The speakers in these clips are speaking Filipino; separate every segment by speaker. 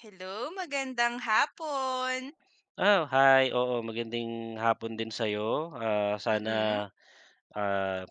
Speaker 1: Hello, magandang hapon.
Speaker 2: Ah, hi. Oo, magandang hapon din sa'yo. Ah, sana,
Speaker 1: Mm.
Speaker 2: ah,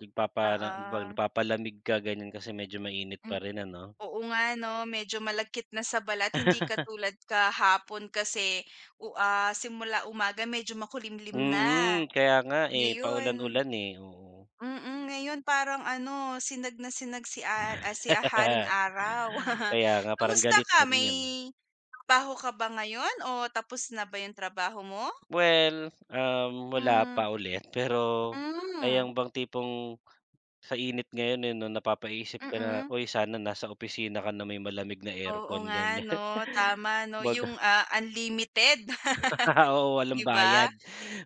Speaker 2: nagpapara ano ba,
Speaker 1: Oo,
Speaker 2: napapalamig ka ganyan kasi medyo mainit pa
Speaker 1: hmm,
Speaker 2: rin ano?
Speaker 1: oo nga 'no, medyo malagkit na sa balat hindi katulad kahapon kasi simula umaga medyo makulimlim na.
Speaker 2: Mm, kaya nga, eh,
Speaker 1: Ngayon
Speaker 2: paulan-ulan, eh, oo.
Speaker 1: ngayon parang ano, sinag na sinag si a ah, si ah, haring araw.
Speaker 2: Kaya nga parang
Speaker 1: Kamusta
Speaker 2: galit
Speaker 1: ka,
Speaker 2: na
Speaker 1: may
Speaker 2: rin.
Speaker 1: trabaho ka ba ngayon o tapos na ba yung trabaho mo?
Speaker 2: Well, wala
Speaker 1: Hmm.
Speaker 2: pa ulit pero
Speaker 1: Hmm, mm.
Speaker 2: ayang bang tipong sa init ngayon, eh, 'no, napapaisip ka na,
Speaker 1: Mm-mm.
Speaker 2: "Uy, sana nasa opisina ka na may malamig na
Speaker 1: Oo
Speaker 2: aircon."
Speaker 1: nga
Speaker 2: Ganyan.
Speaker 1: 'no, tama 'no, yung,
Speaker 2: Baga
Speaker 1: unlimited.
Speaker 2: oo, walang
Speaker 1: 'Di ba?
Speaker 2: bayad.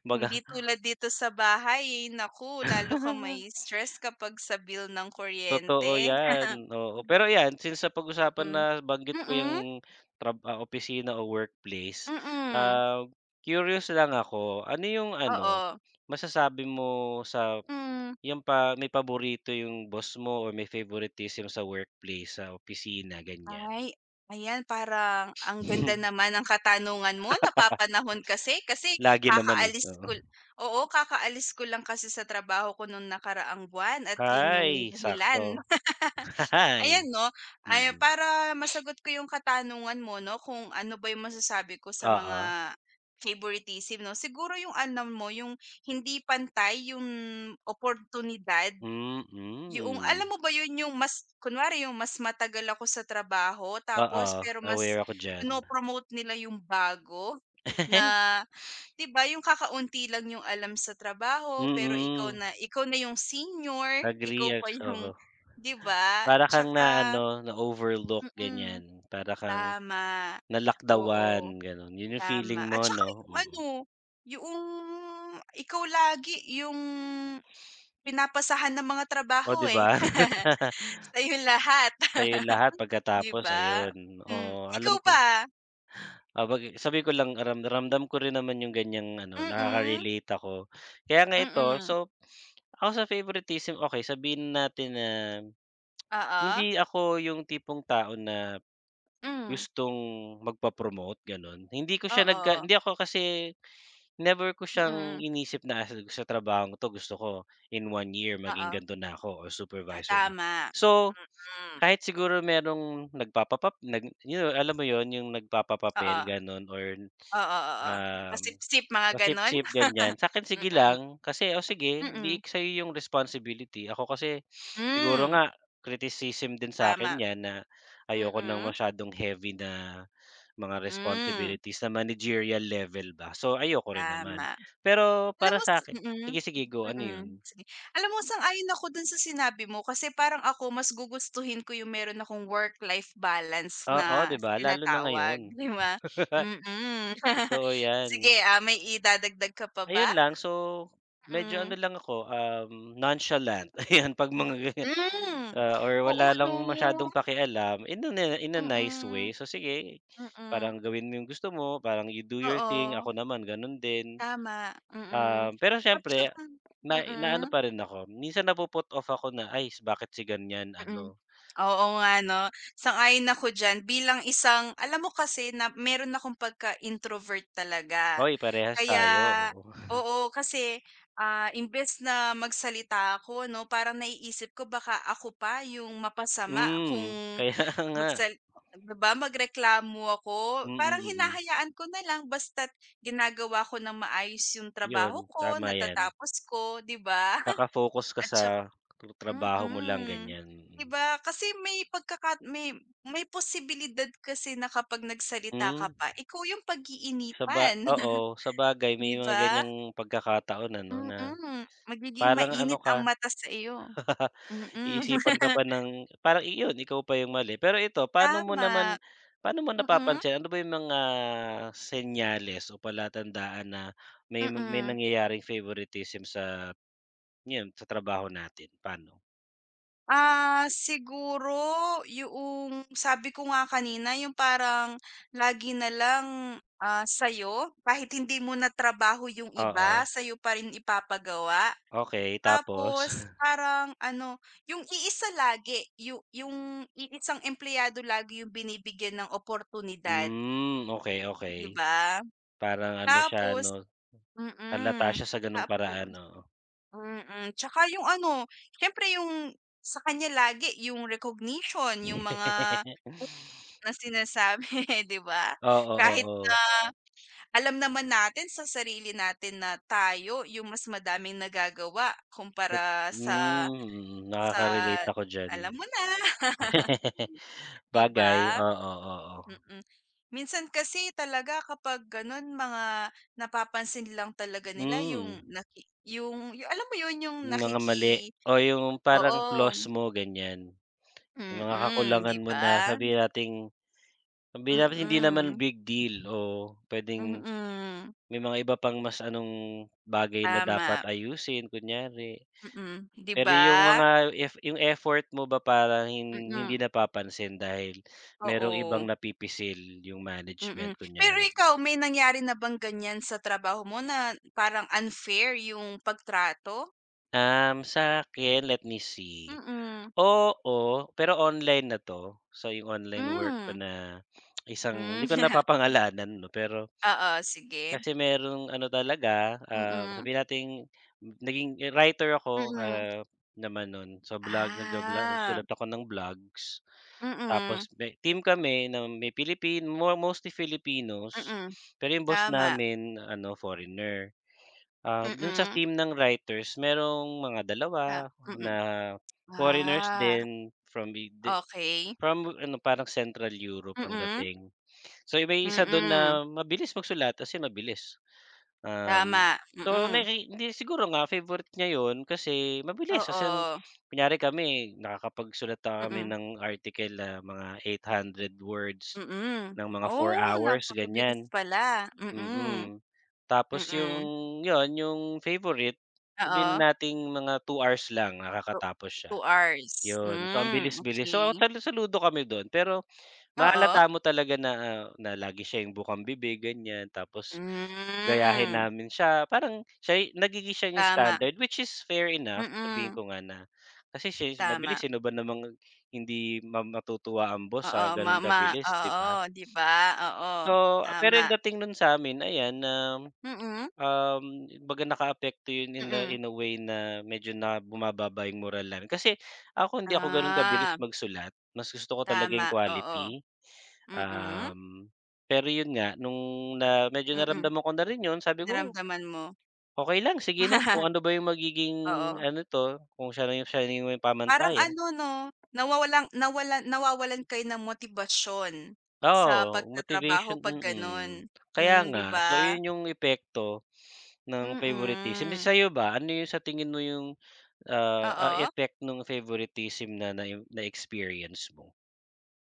Speaker 2: Baga
Speaker 1: Hindi tulad dito sa bahay, naku lalo kang may stress kapag sa bill ng
Speaker 2: Totoo
Speaker 1: kuryente.
Speaker 2: 'yan, oo. Pero 'yan, since sa pag usapan na
Speaker 1: Mm.
Speaker 2: nabanggit ko yung
Speaker 1: Mm,
Speaker 2: opisina o workplace,
Speaker 1: mm,
Speaker 2: ah, curious lang ako, ano 'yung ano,
Speaker 1: oo.
Speaker 2: masasabi mo sa
Speaker 1: Hmm,
Speaker 2: 'yung pa may paborito 'yung boss mo or may favoritism sa workplace, sa opisina, ganiyan?
Speaker 1: ay, Ayan, parang ang ganda naman ng katanungan mo, napapanahon kasi, kasi
Speaker 2: Lagi naman, eh,
Speaker 1: kakaalis
Speaker 2: oo.
Speaker 1: ko oo, kakaalis ko lang kasi sa trabaho ko nung nakaraang buwan, at yun yung
Speaker 2: Ay,
Speaker 1: dahilan.
Speaker 2: sakto. Ay,
Speaker 1: Ayan 'no, ay
Speaker 2: mm.
Speaker 1: para masagot ko yung katanungan mo 'no, kung ano ba yung masasabi ko sa
Speaker 2: Oo.
Speaker 1: mga favoritism 'no. Siguro yung alam mo yung hindi pantay yung oportunidad, yung
Speaker 2: Mm.
Speaker 1: alam mo ba yun yung mas kunwari yung mas matagal ako sa trabaho
Speaker 2: Oo,
Speaker 1: tapos pero mas
Speaker 2: aware ako diyan.
Speaker 1: pinopromote nila yung bago na. 'Di ba yung kakaunti lang yung alam sa trabaho pero
Speaker 2: Mm,
Speaker 1: ikaw na yung senior,
Speaker 2: agree
Speaker 1: ikaw pa
Speaker 2: ak oo.
Speaker 1: yung 'di ba?
Speaker 2: Para kang
Speaker 1: Tsaka
Speaker 2: na-ano, na-overlook
Speaker 1: Mm,
Speaker 2: ganyan, para kang
Speaker 1: tama.
Speaker 2: nalakdawan
Speaker 1: Oo,
Speaker 2: gano'n, 'yun yung
Speaker 1: tama.
Speaker 2: feeling
Speaker 1: At
Speaker 2: mo
Speaker 1: saka
Speaker 2: 'no,
Speaker 1: yung
Speaker 2: mm.
Speaker 1: ano, yung ikaw lagi yung pinapasahan ng mga
Speaker 2: Oh,
Speaker 1: trabaho,
Speaker 2: 'di
Speaker 1: eh.
Speaker 2: ba?
Speaker 1: Sa'yo lahat.
Speaker 2: Sa'yo lahat
Speaker 1: 'Di
Speaker 2: pagkatapos
Speaker 1: ba?
Speaker 2: ayun,
Speaker 1: Hmm,
Speaker 2: oo, alam
Speaker 1: ikaw
Speaker 2: ko
Speaker 1: ba?
Speaker 2: 'yun. Ah, bagi sabi ko lang ramdam ramdam ko rin naman yung ganyang ano,
Speaker 1: Mm,
Speaker 2: nakaka-relate ako. Kaya nga ito,
Speaker 1: mm.
Speaker 2: so ako sa favoritism, okey sabihin natin na
Speaker 1: Oo.
Speaker 2: hindi ako yung tipong tao na
Speaker 1: Hmm,
Speaker 2: gustong magpa-promote gano'n. Hindi ko siya nagka
Speaker 1: oo.
Speaker 2: hindi ako kasi never ko siyang
Speaker 1: Mm,
Speaker 2: inisip na, "Ah, sa trabahong 'to gusto ko in one year maging
Speaker 1: oo.
Speaker 2: ganto na ako or
Speaker 1: Ah,
Speaker 2: supervisor na."
Speaker 1: tama.
Speaker 2: So,
Speaker 1: Mm,
Speaker 2: kahit siguro merong nagpapapa nag alam mo yon yung
Speaker 1: oo.
Speaker 2: nagpapapapel gano'n or
Speaker 1: Oo, oo. Oo.
Speaker 2: Um,
Speaker 1: Pasipsip mga gano'n?
Speaker 2: pasip-sip ganyan. Sa'kin sige
Speaker 1: Mm,
Speaker 2: lang, kasi, "O sige, di
Speaker 1: mm.
Speaker 2: ik- sa'yo yung responsibility." Ako kasi siguro
Speaker 1: Hmm,
Speaker 2: nga criticism din sa'kin
Speaker 1: tama.
Speaker 2: 'yan na ayoko ng
Speaker 1: Mm,
Speaker 2: masyadong heavy na mga
Speaker 1: hmm,
Speaker 2: responsibilities na managerial level ba. So, ayoko rin naman.
Speaker 1: tama.
Speaker 2: Pero
Speaker 1: Alam
Speaker 2: para
Speaker 1: mo sa
Speaker 2: sa'kin,
Speaker 1: mm,
Speaker 2: sige, sige, go, ano
Speaker 1: mm,
Speaker 2: 'yun?
Speaker 1: sige. Alam mo sang-ayon ako dun sa sinabi mo kasi parang ako mas gugustuhin ko yung meron akong work-life balance
Speaker 2: Oo,
Speaker 1: na
Speaker 2: 'di ba, lalo na ngayon.
Speaker 1: tinatawag, 'di ba? Mm.
Speaker 2: Totoo 'yan.
Speaker 1: Sige, ah, may idadagdag ka pa ba?
Speaker 2: Ayun lang. So, medyo ano
Speaker 1: mm
Speaker 2: lang ako, nonchalant ayan 'pag mga ganyan,
Speaker 1: Hmm,
Speaker 2: or
Speaker 1: oo
Speaker 2: wala lang
Speaker 1: 'no?
Speaker 2: masyadong pakialam in a nice
Speaker 1: Mm,
Speaker 2: way. So, sige
Speaker 1: mm.
Speaker 2: parang gawin mo yung gusto mo, parang you do your thing,
Speaker 1: Oo,
Speaker 2: ako naman gano'n din.
Speaker 1: tama, mm.
Speaker 2: Pero
Speaker 1: At
Speaker 2: siyempre
Speaker 1: tsaka
Speaker 2: na naano
Speaker 1: mm.
Speaker 2: pa rin ako, minsan napu-put off ako na, "Ay s- bakit si ganyan
Speaker 1: Mm.
Speaker 2: ano,
Speaker 1: oo nga 'no, sang-ayon ako diyan bilang isang alam mo kasi na meron akong pagka-introvert talaga.
Speaker 2: hoy parehas
Speaker 1: Kaya
Speaker 2: tayo." Oo.
Speaker 1: oo, kasi, ah, imbes na magsalita ako 'no, parang naiisip ko baka ako pa yung mapasama kung
Speaker 2: Hmm, kaya nga.
Speaker 1: magsal 'di ba magreklamo ako.
Speaker 2: Mm,
Speaker 1: Parang
Speaker 2: mm. Mm,
Speaker 1: hinahayaan ko na lang basta't ginagawa ko ng maayos yung trabaho
Speaker 2: yun,
Speaker 1: ko,
Speaker 2: tama yan.
Speaker 1: natatapos ko, 'di ba?
Speaker 2: Naka-focus ka
Speaker 1: At
Speaker 2: sa trabaho mo lang
Speaker 1: Mm.
Speaker 2: ganyan,
Speaker 1: 'Di
Speaker 2: mm.
Speaker 1: ba kasi may pagkaka may may posibilidad kasi na kapag nagsalita ka
Speaker 2: Hmm,
Speaker 1: pa, ikaw yung
Speaker 2: saba
Speaker 1: pag-iinitan,
Speaker 2: oo, sabagay may
Speaker 1: 'di
Speaker 2: mga
Speaker 1: ba?
Speaker 2: ganyang pagkakataon ano na
Speaker 1: Mm, magiging
Speaker 2: parang ano
Speaker 1: mainit
Speaker 2: ka,
Speaker 1: ang mata sa iyo. Mm.
Speaker 2: iisipan ka pa ng parang iyon ikaw pa yung mali. Pero ito,
Speaker 1: Tama.
Speaker 2: paano mo
Speaker 1: Mm,
Speaker 2: napapansin ano ba yung mga senyales o palatandaan na may
Speaker 1: mm.
Speaker 2: nangyayaring favoritism sa yun sa trabaho natin, paano?
Speaker 1: Ah, siguro yung sabi ko nga kanina yung parang lagi na lang, ah, sa'yo kahit hindi mo na trabaho yung iba,
Speaker 2: Oo,
Speaker 1: sa'yo pa rin ipapagawa.
Speaker 2: okay tapos?
Speaker 1: Tapos parang ano, yung iisa lagi, yung iisang empleyado lagi yung binibigyan ng oportunidad,
Speaker 2: Hmm, okay okay.
Speaker 1: 'di ba?
Speaker 2: Parang ano siya 'no.
Speaker 1: Tapos
Speaker 2: Halata
Speaker 1: mm,
Speaker 2: siya sa gano'ng
Speaker 1: tapos
Speaker 2: paraan, oo.
Speaker 1: tsaka yung ano, siyempre yung sa kanya lagi yung recognition, yung mga na sinasabi, 'di ba?
Speaker 2: Oo,
Speaker 1: Kahit
Speaker 2: oo.
Speaker 1: na alam naman natin sa sarili natin na tayo yung mas madaming nagagawa
Speaker 2: Tot
Speaker 1: kumpara
Speaker 2: hmm, mm,
Speaker 1: sa
Speaker 2: nakaka-relate ako diyan.
Speaker 1: alam mo na, 'di
Speaker 2: Bagay,
Speaker 1: ba?
Speaker 2: oo, oo.
Speaker 1: Mm. Minsan kasi talaga kapag gano'n mga napapansin lang talaga nila
Speaker 2: Hmm,
Speaker 1: yung alam mo 'yun, yung
Speaker 2: yung mga mali
Speaker 1: nakiki
Speaker 2: o yung parang
Speaker 1: oo,
Speaker 2: flaws mo ganyan, yung mga
Speaker 1: mm, 'di
Speaker 2: kakulangan mo na
Speaker 1: ba?
Speaker 2: sabihin natin hindi naman
Speaker 1: Mm,
Speaker 2: big deal o pwedeng
Speaker 1: mm.
Speaker 2: may mga iba pang mas anong bagay na dapat
Speaker 1: Tama,
Speaker 2: ayusin kunyari.
Speaker 1: mm, 'di
Speaker 2: Pero
Speaker 1: ba?
Speaker 2: yung mga yung effort mo ba parang hindi
Speaker 1: Mm,
Speaker 2: napapansin dahil merong
Speaker 1: oo,
Speaker 2: ibang napipisil yung
Speaker 1: mm.
Speaker 2: management
Speaker 1: Pero
Speaker 2: kunyari?
Speaker 1: ikaw may nangyari na bang ganiyan sa trabaho mo na parang unfair yung pagtrato?
Speaker 2: Sa'kin, let me see.
Speaker 1: Mm,
Speaker 2: Oo, pero online na 'to. So, yung online work ko
Speaker 1: hmm.
Speaker 2: na isang hindi
Speaker 1: Hmm,
Speaker 2: ko napapangalanan 'no, pero
Speaker 1: oo, sige.
Speaker 2: kasi merong ano talaga,
Speaker 1: Mm,
Speaker 2: sabihin nating naging writer ako,
Speaker 1: mm.
Speaker 2: naman nun. Sa vlog, nagba-vlog
Speaker 1: Ah,
Speaker 2: sulat ako ng vlogs.
Speaker 1: mm,
Speaker 2: Tapos may team kami na may Pilipin more mostly Filipinos,
Speaker 1: mm,
Speaker 2: pero yung boss
Speaker 1: tama.
Speaker 2: namin ano foreigner. Ah, dun sa
Speaker 1: Mm,
Speaker 2: team ng writers merong mga
Speaker 1: ta
Speaker 2: dalawa
Speaker 1: mm.
Speaker 2: na foreigners
Speaker 1: Ah,
Speaker 2: din from i di
Speaker 1: okay.
Speaker 2: from ano, parang Central Europe ang
Speaker 1: Mm,
Speaker 2: dating. So may isa don
Speaker 1: mm,
Speaker 2: na mabilis magsulat as in mabilis. Um,
Speaker 1: tama.
Speaker 2: so hindi siguro nga favorite niya yun kasi mabilis as in
Speaker 1: Oo.
Speaker 2: kunyari kami nakakapagsulat na kami
Speaker 1: Mm,
Speaker 2: ng article na mga 800 words
Speaker 1: mm.
Speaker 2: ng mga four
Speaker 1: Oh,
Speaker 2: hours
Speaker 1: napakabilis
Speaker 2: ganyan,
Speaker 1: pala. Mm,
Speaker 2: mm. Tapos
Speaker 1: mm.
Speaker 2: yung favorite sabihin
Speaker 1: Oo,
Speaker 2: na nating mga 2 hours lang
Speaker 1: two
Speaker 2: nakakatapos siya,
Speaker 1: 2 hours.
Speaker 2: yun. So ang
Speaker 1: Hmm,
Speaker 2: bilis-bilis. So
Speaker 1: okay
Speaker 2: saludo kami don pero
Speaker 1: Oo.
Speaker 2: mahalata mo talaga na, na lagi siya yung bukambibig ganyan tapos gayahin
Speaker 1: Hmm,
Speaker 2: namin siya parang nagiging siya yung
Speaker 1: tama.
Speaker 2: standard which is fair enough sabihin
Speaker 1: Mm,
Speaker 2: ko nga na kasi siya yung
Speaker 1: tama.
Speaker 2: mabilis sino ba namang hindi matutuwa ang boss sa gano'n kabilis 'di ba?
Speaker 1: 'Di ba? Oo,
Speaker 2: So pero
Speaker 1: tama.
Speaker 2: yung dating nun sa'min ayan na.
Speaker 1: Mm,
Speaker 2: Kumbaga nakaapekto yun in a
Speaker 1: mm.
Speaker 2: in a way na medyo na bumababa yung moral namin. Kasi ako hindi ako gano'n kabilis
Speaker 1: Ah,
Speaker 2: magsulat, mas gusto ko talaga
Speaker 1: tama,
Speaker 2: yung
Speaker 1: oo.
Speaker 2: quality.
Speaker 1: Mm,
Speaker 2: Um, Pero yun nga nung na medyo
Speaker 1: mm.
Speaker 2: naramdaman ko na rin yun sabi ko,
Speaker 1: Naramdaman mo.
Speaker 2: okay lang sige na kung ano ba yung magiging
Speaker 1: Oo,
Speaker 2: ano 'to, kung siya na yung may
Speaker 1: parang
Speaker 2: pamantayan."
Speaker 1: ano 'no, nawawalan kayo ng motibasyon sa
Speaker 2: Oo, motivation
Speaker 1: pagtatrabaho 'pag
Speaker 2: mm.
Speaker 1: gano'n.
Speaker 2: Kaya
Speaker 1: Hmm, 'di
Speaker 2: nga, so
Speaker 1: ba?
Speaker 2: yun yung epekto ng favoritism. Eh,
Speaker 1: Mm,
Speaker 2: sa'yo ba, ano yung sa tingin mo ang
Speaker 1: oo.
Speaker 2: effect nung favoritism na na na-experience mo.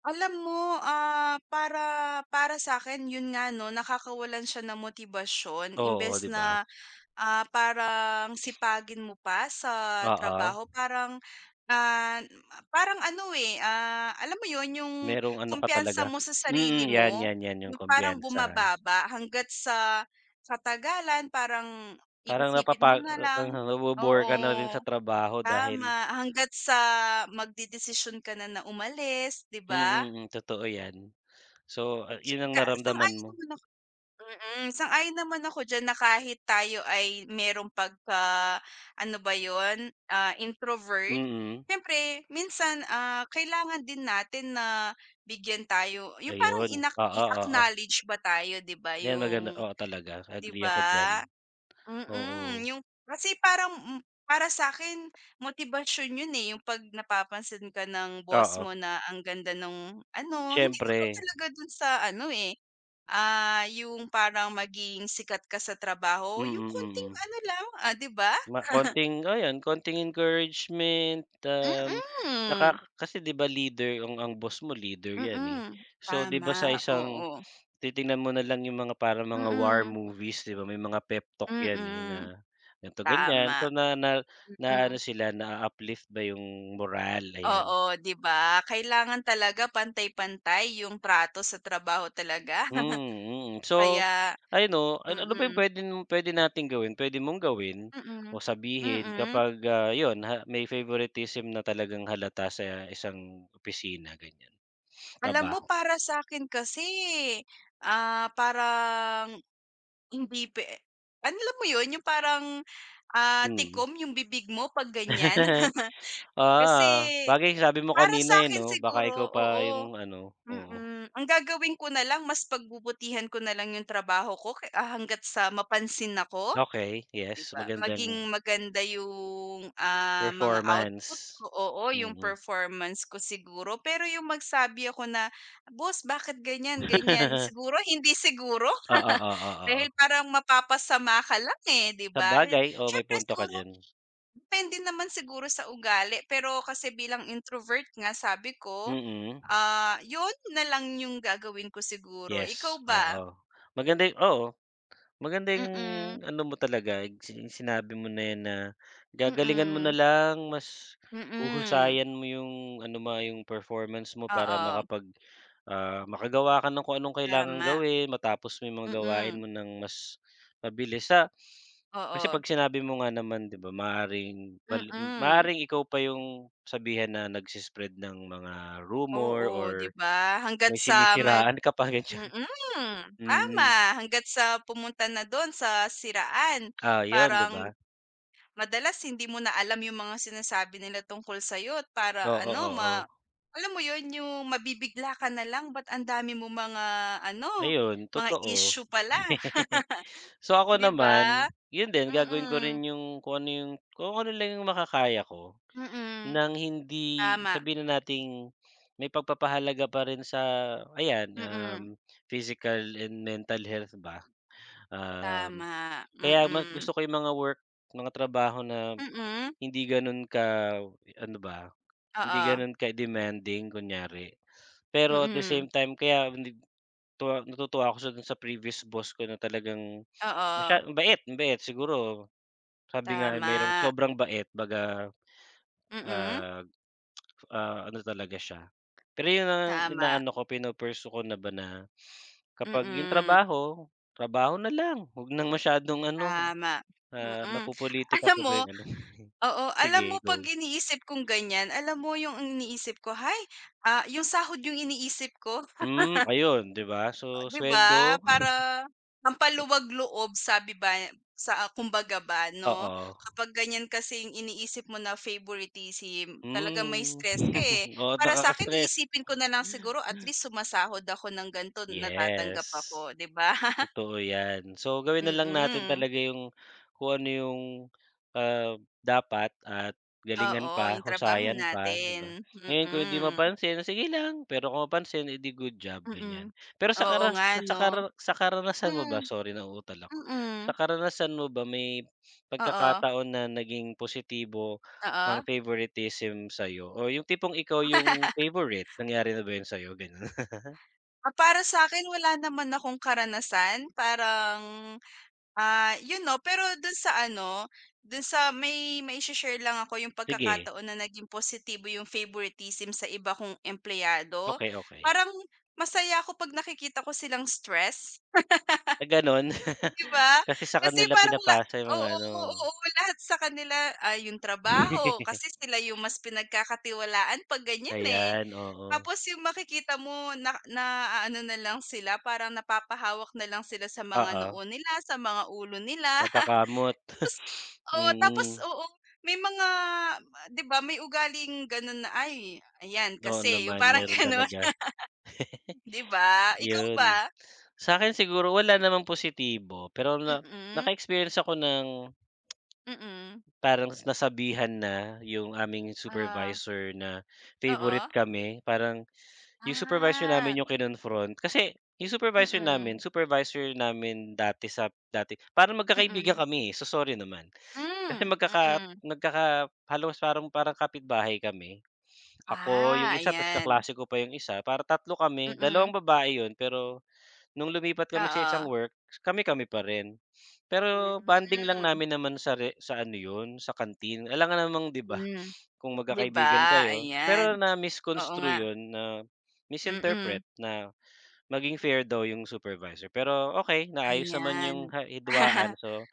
Speaker 1: Alam mo, ah, para para sa akin 'yun nga 'no, nakakawalan siya ng motibasyon
Speaker 2: Oo,
Speaker 1: imbes
Speaker 2: 'di ba?
Speaker 1: na Ah, parang sipagin mo pa sa
Speaker 2: Oo,
Speaker 1: trabaho parang, ah, parang ano, eh, ah, alam mo yon yung
Speaker 2: merong ano ka talaga
Speaker 1: kumpiyansa mo sa
Speaker 2: mm,
Speaker 1: sarili
Speaker 2: 'yan,
Speaker 1: mo,
Speaker 2: 'yan, 'yan
Speaker 1: yung
Speaker 2: yung
Speaker 1: parang
Speaker 2: kumpiyansa.
Speaker 1: bumababa hangga't sa katagalan parang
Speaker 2: Parang
Speaker 1: iisipin
Speaker 2: napapa
Speaker 1: mo na lang
Speaker 2: nabo-bore ka na rin
Speaker 1: oo,
Speaker 2: sa trabaho dahil
Speaker 1: tama, hangga't sa magdedesisyon ka na na umalis, 'di
Speaker 2: mm,
Speaker 1: ba?
Speaker 2: mm, mm totoo 'yan. So,
Speaker 1: Tsa-
Speaker 2: 'yun ang
Speaker 1: Ka
Speaker 2: naramdaman
Speaker 1: sang-ayon
Speaker 2: mo.
Speaker 1: naman Mm, sang-ayon naman ako diyan na kahit tayo ay merong pagka ano ba 'yun, ah, introvert,
Speaker 2: Mm,
Speaker 1: siyempre minsan, ah, kailangan din natin na bigyan tayo yung parang
Speaker 2: ayun.
Speaker 1: inak
Speaker 2: Oo, oo.
Speaker 1: i-acknowledge ba tayo 'di ba
Speaker 2: 'Yan maganda
Speaker 1: yung
Speaker 2: oo, talaga
Speaker 1: 'di
Speaker 2: agree ako diyan.
Speaker 1: ba? Mm,
Speaker 2: Oo.
Speaker 1: mm yung kasi parang mm, para sa akin motibasyon 'yun, eh, yung 'pag napapansin ka ng boss
Speaker 2: Oo,
Speaker 1: mo na ang ganda nung ano, hindi naman
Speaker 2: siyempre.
Speaker 1: talaga dun sa ano, eh Ah, yung parang maging sikat ka sa
Speaker 2: Mm,
Speaker 1: trabaho, yung
Speaker 2: mm.
Speaker 1: konting
Speaker 2: Mm. Mm.
Speaker 1: ano lang, ah, 'di ba?
Speaker 2: Konting ayan, konting encouragement,
Speaker 1: Mm,
Speaker 2: nakaka kasi 'di ba leader ang boss mo leader 'yan, eh.
Speaker 1: mm.
Speaker 2: So 'di ba
Speaker 1: Tama,
Speaker 2: sa isang
Speaker 1: oo.
Speaker 2: titingnan mo na lang yung mga parang mga war
Speaker 1: Mm,
Speaker 2: movies 'di ba, may mga pep talk 'yan, eh, na
Speaker 1: mm.
Speaker 2: ganito, ganyan. So
Speaker 1: Tama,
Speaker 2: na na na
Speaker 1: mm.
Speaker 2: ano sila, na uplift ba yung moral ayan.
Speaker 1: Oo, 'di ba? Kailangan talaga pantay-pantay yung trato sa trabaho talaga.
Speaker 2: Hmm, mm. So,
Speaker 1: Kaya
Speaker 2: ayun 'no, ano ano ba yung
Speaker 1: mm,
Speaker 2: puwede puwede nating gawin, puwede mong gawin o
Speaker 1: mm,
Speaker 2: sabihin
Speaker 1: mm.
Speaker 2: kapag, yun ha may favoritism na talagang halata sa isang opisina, ganyan,
Speaker 1: Alam mo
Speaker 2: trabaho?
Speaker 1: para sa akin kasi, ah, parang hindi pe ano, alam mo 'yun, yung parang, ah,
Speaker 2: Mm.
Speaker 1: tikom yung bibig mo 'pag ganiyan. Kasi
Speaker 2: Ah, bagay sabi mo
Speaker 1: para
Speaker 2: kanina, eh,
Speaker 1: sa'kin
Speaker 2: 'no, baka
Speaker 1: siguro
Speaker 2: ikaw pa
Speaker 1: oo,
Speaker 2: yung ano, oo.
Speaker 1: mm. Ang gagawin ko na lang mas pagbubutihan ko na lang yung trabaho ko ke ah, hangga't sa mapansin ako.
Speaker 2: Okey, yes,
Speaker 1: 'Di ba,
Speaker 2: magandang
Speaker 1: maging maganda yung, ah, mga output
Speaker 2: performance.
Speaker 1: ko, oo, yung
Speaker 2: Mm.
Speaker 1: performance ko siguro. Pero yung magsabi ako na, "Boss bakit ganyan, ganyan?" Siguro hindi siguro.
Speaker 2: Oo, oo, oo.
Speaker 1: Dahil
Speaker 2: Oo.
Speaker 1: parang mapapasama ka lang, eh, 'di
Speaker 2: Sa
Speaker 1: ba? Eh,
Speaker 2: bagay oo, may
Speaker 1: siyempre
Speaker 2: punto ka
Speaker 1: siguro
Speaker 2: diyan.
Speaker 1: depende naman siguro sa ugali. Pero kasi bilang introvert nga sabi ko,
Speaker 2: Mm.
Speaker 1: ah, yun na lang yung gagawin ko siguro. Ikaw
Speaker 2: Yes,
Speaker 1: ba?
Speaker 2: oo. Maganda oo, maganda yung
Speaker 1: Mm,
Speaker 2: ano mo talaga sinabi mo na yan na
Speaker 1: mm,
Speaker 2: gagalingan mo na
Speaker 1: mm,
Speaker 2: lang mas
Speaker 1: mm
Speaker 2: huhusayan mo yung ano yung performance mo para
Speaker 1: oo,
Speaker 2: makagawa ka ng kung anong kailangang
Speaker 1: tama.
Speaker 2: gawin matapos mo yung mga gawain
Speaker 1: Mm,
Speaker 2: mo ng mas mabilis sa kasi
Speaker 1: oo.
Speaker 2: 'pag sinabi mo nga naman 'di ba maaaring
Speaker 1: Mm,
Speaker 2: maaaring ikaw pa yung sabihan na nagse-spread ng mga rumor
Speaker 1: oo, 'di
Speaker 2: or
Speaker 1: ba? Hangga't
Speaker 2: may
Speaker 1: sa
Speaker 2: sinisiraan ka pa, ganyan. Mm.
Speaker 1: tama. Hangga't sa pumunta na do'n sa siraan.
Speaker 2: Ah, yun 'di
Speaker 1: Parang
Speaker 2: ba?
Speaker 1: madalas hindi mo na alam yung mga sinasabi nila tungkol sa'yo at para
Speaker 2: Oo,
Speaker 1: ano, ma
Speaker 2: oo.
Speaker 1: alam mo yun, yung mabibigla ka na lang, ba't ang dami mong mga ano,
Speaker 2: Ayun,
Speaker 1: mga
Speaker 2: totoo.
Speaker 1: issue pala,
Speaker 2: So, ako
Speaker 1: 'di ba?
Speaker 2: naman, yun din gagawin ko
Speaker 1: Mm,
Speaker 2: rin yung kung ano lang yung makakaya ko
Speaker 1: mm,
Speaker 2: nang hindi
Speaker 1: tama.
Speaker 2: sabihin na nating may pagpapahalaga pa rin sa ayan,
Speaker 1: Mm,
Speaker 2: physical and mental health ba. Um,
Speaker 1: tama.
Speaker 2: Kaya gusto ko yung mga work, mga trabaho na
Speaker 1: Mm,
Speaker 2: hindi ganun ka ano ba, hindi
Speaker 1: oo.
Speaker 2: ganun ka-demanding kunyari. Pero at the
Speaker 1: Mm,
Speaker 2: same time kaya natutuwa ako sa dun sa previous boss ko na talagang
Speaker 1: oo,
Speaker 2: mabait, mabait siguro sabi nga merong
Speaker 1: tama.
Speaker 2: sobrang bait baga,
Speaker 1: Mm,
Speaker 2: ah, ano talaga siya. Pero yun ang
Speaker 1: tama.
Speaker 2: inaano ko pinu-pursue ko na ba na kapag yung
Speaker 1: Mm,
Speaker 2: trabaho, trabaho na lang wag ng masyadong ano,
Speaker 1: tama. Mm.
Speaker 2: napopulitika
Speaker 1: Alam
Speaker 2: pa ba
Speaker 1: mo
Speaker 2: yung ano?
Speaker 1: oo, alam mo
Speaker 2: Sige
Speaker 1: 'pag
Speaker 2: go.
Speaker 1: iniisip kong ganyan, alam mo yung iniisip ko, "Hay, ah, yung sahod yung iniisip ko."
Speaker 2: Hmm, ayun 'di ba? So
Speaker 1: 'Di ba,
Speaker 2: sweldo
Speaker 1: para pampaluwag loob sabi ba sa kumbaga ba 'no?
Speaker 2: oo.
Speaker 1: Kapag ganyan kasing iniisip mo na favoritism, talaga may
Speaker 2: Hmm.
Speaker 1: stress ka, eh.
Speaker 2: Oo
Speaker 1: Para sa akin
Speaker 2: nakaka-stress.
Speaker 1: iisipin ko na lang siguro at least sumasahod ako ng ganito,
Speaker 2: Yes.
Speaker 1: natatanggap ako, 'di ba?
Speaker 2: Totoo yan. So, gawin na lang natin
Speaker 1: Mm.
Speaker 2: talaga yung kung ano yung, ah, dapat at galingan
Speaker 1: Oo,
Speaker 2: pa,
Speaker 1: yung trabaho
Speaker 2: husayan pa, 'di ba?
Speaker 1: natin.
Speaker 2: Ngayon kung hindi mapansin, sige lang, pero kung mapansin, eh, good job,
Speaker 1: Mm.
Speaker 2: ganyan. Pero
Speaker 1: Oo nga 'no?
Speaker 2: sa karanasan
Speaker 1: Hmm,
Speaker 2: mo
Speaker 1: mm.
Speaker 2: ba, sorry nauutal ako.
Speaker 1: Mm-mm.
Speaker 2: Sa karanasan mo ba may
Speaker 1: Oo,
Speaker 2: pagkakataon na naging positibo
Speaker 1: oo.
Speaker 2: ang favoritism sa'yo o yung tipong ikaw yung favorite, nangyari na ba yun sa'yo, ganun?
Speaker 1: Ah, para sa sa'kin wala naman akong karanasan, parang Ah, yun 'no, pero dun sa ano, dun sa may maishe-share lang ako yung
Speaker 2: Sige,
Speaker 1: pagkakataon na naging positibo yung favoritism sa iba kong empleyado.
Speaker 2: okay okay.
Speaker 1: Parang masaya ako 'pag nakikita ko silang stress,
Speaker 2: Sa ganun?
Speaker 1: 'di ba?
Speaker 2: Kasi sa
Speaker 1: Kasi
Speaker 2: kanila
Speaker 1: parang la
Speaker 2: pinapasa yung
Speaker 1: oo,
Speaker 2: mga ano.
Speaker 1: oo, oo, lahat sa kanila, ah, yung trabaho kasi sila yung mas pinagkakatiwalaan 'pag ganyan, eh.
Speaker 2: Ayan, oo.
Speaker 1: Tapos yung makikita mo na na ano na lang sila, parang napapahawak na lang sila sa mga noo
Speaker 2: Oo,
Speaker 1: nila, sa mga ulo nila.
Speaker 2: napakamot.
Speaker 1: Tapos
Speaker 2: Mm,
Speaker 1: oo, may mga ah, 'di ba may ugaling gano'n na, "Ay, ayan
Speaker 2: oo
Speaker 1: kasi," yung
Speaker 2: naman
Speaker 1: parang
Speaker 2: meron
Speaker 1: gano'n,
Speaker 2: talaga,
Speaker 1: 'di ba? Ikaw ba?
Speaker 2: yun. Sa akin siguro wala namang positibo, pero na
Speaker 1: Mm,
Speaker 2: naka-experience ako ng
Speaker 1: mm.
Speaker 2: parang nasabihan na yung aming
Speaker 1: Ah,
Speaker 2: supervisor na favorite
Speaker 1: oo?
Speaker 2: kami. Parang yung supervisor
Speaker 1: Ah.
Speaker 2: namin yung kinonfront kasi yung
Speaker 1: Mm, mm.
Speaker 2: supervisor namin dati sa dati parang magkakaibigan
Speaker 1: Hmm,
Speaker 2: kami, eh, so sorry naman. Kasi
Speaker 1: mm. mm-mm.
Speaker 2: nagkaka halos parang parang kapitbahay kami. Ako yung
Speaker 1: Ah,
Speaker 2: isa tapos
Speaker 1: ayan.
Speaker 2: kaklase ko pa yung isa, para tatlo kami,
Speaker 1: Mm.
Speaker 2: dalawang babae yun pero nung lumipat kami sa isang
Speaker 1: Oo.
Speaker 2: work, kami-kami pa rin. Pero banding lang
Speaker 1: Hmm.
Speaker 2: namin naman sa ano yun, sa canteen. Alangan namang 'di ba
Speaker 1: Hmm,
Speaker 2: kung
Speaker 1: 'di ba?
Speaker 2: magkakaibigan kayo.
Speaker 1: Ayan,
Speaker 2: Pero
Speaker 1: oo
Speaker 2: na-misconstrue
Speaker 1: nga.
Speaker 2: yun, na
Speaker 1: Mm.
Speaker 2: misinterpret na. Maging fair daw yung supervisor, pero okay naayos naman
Speaker 1: Ayan.
Speaker 2: yung hidwaan so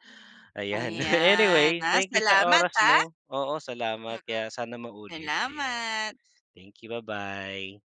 Speaker 2: ayan.
Speaker 1: Ayan,
Speaker 2: Anyway,
Speaker 1: ah,
Speaker 2: thank you sa
Speaker 1: salamat,
Speaker 2: oras
Speaker 1: ah.
Speaker 2: mo. Oo, salamat kaya sana maulit, ayan.
Speaker 1: Salamat.
Speaker 2: Thank you, bye bye.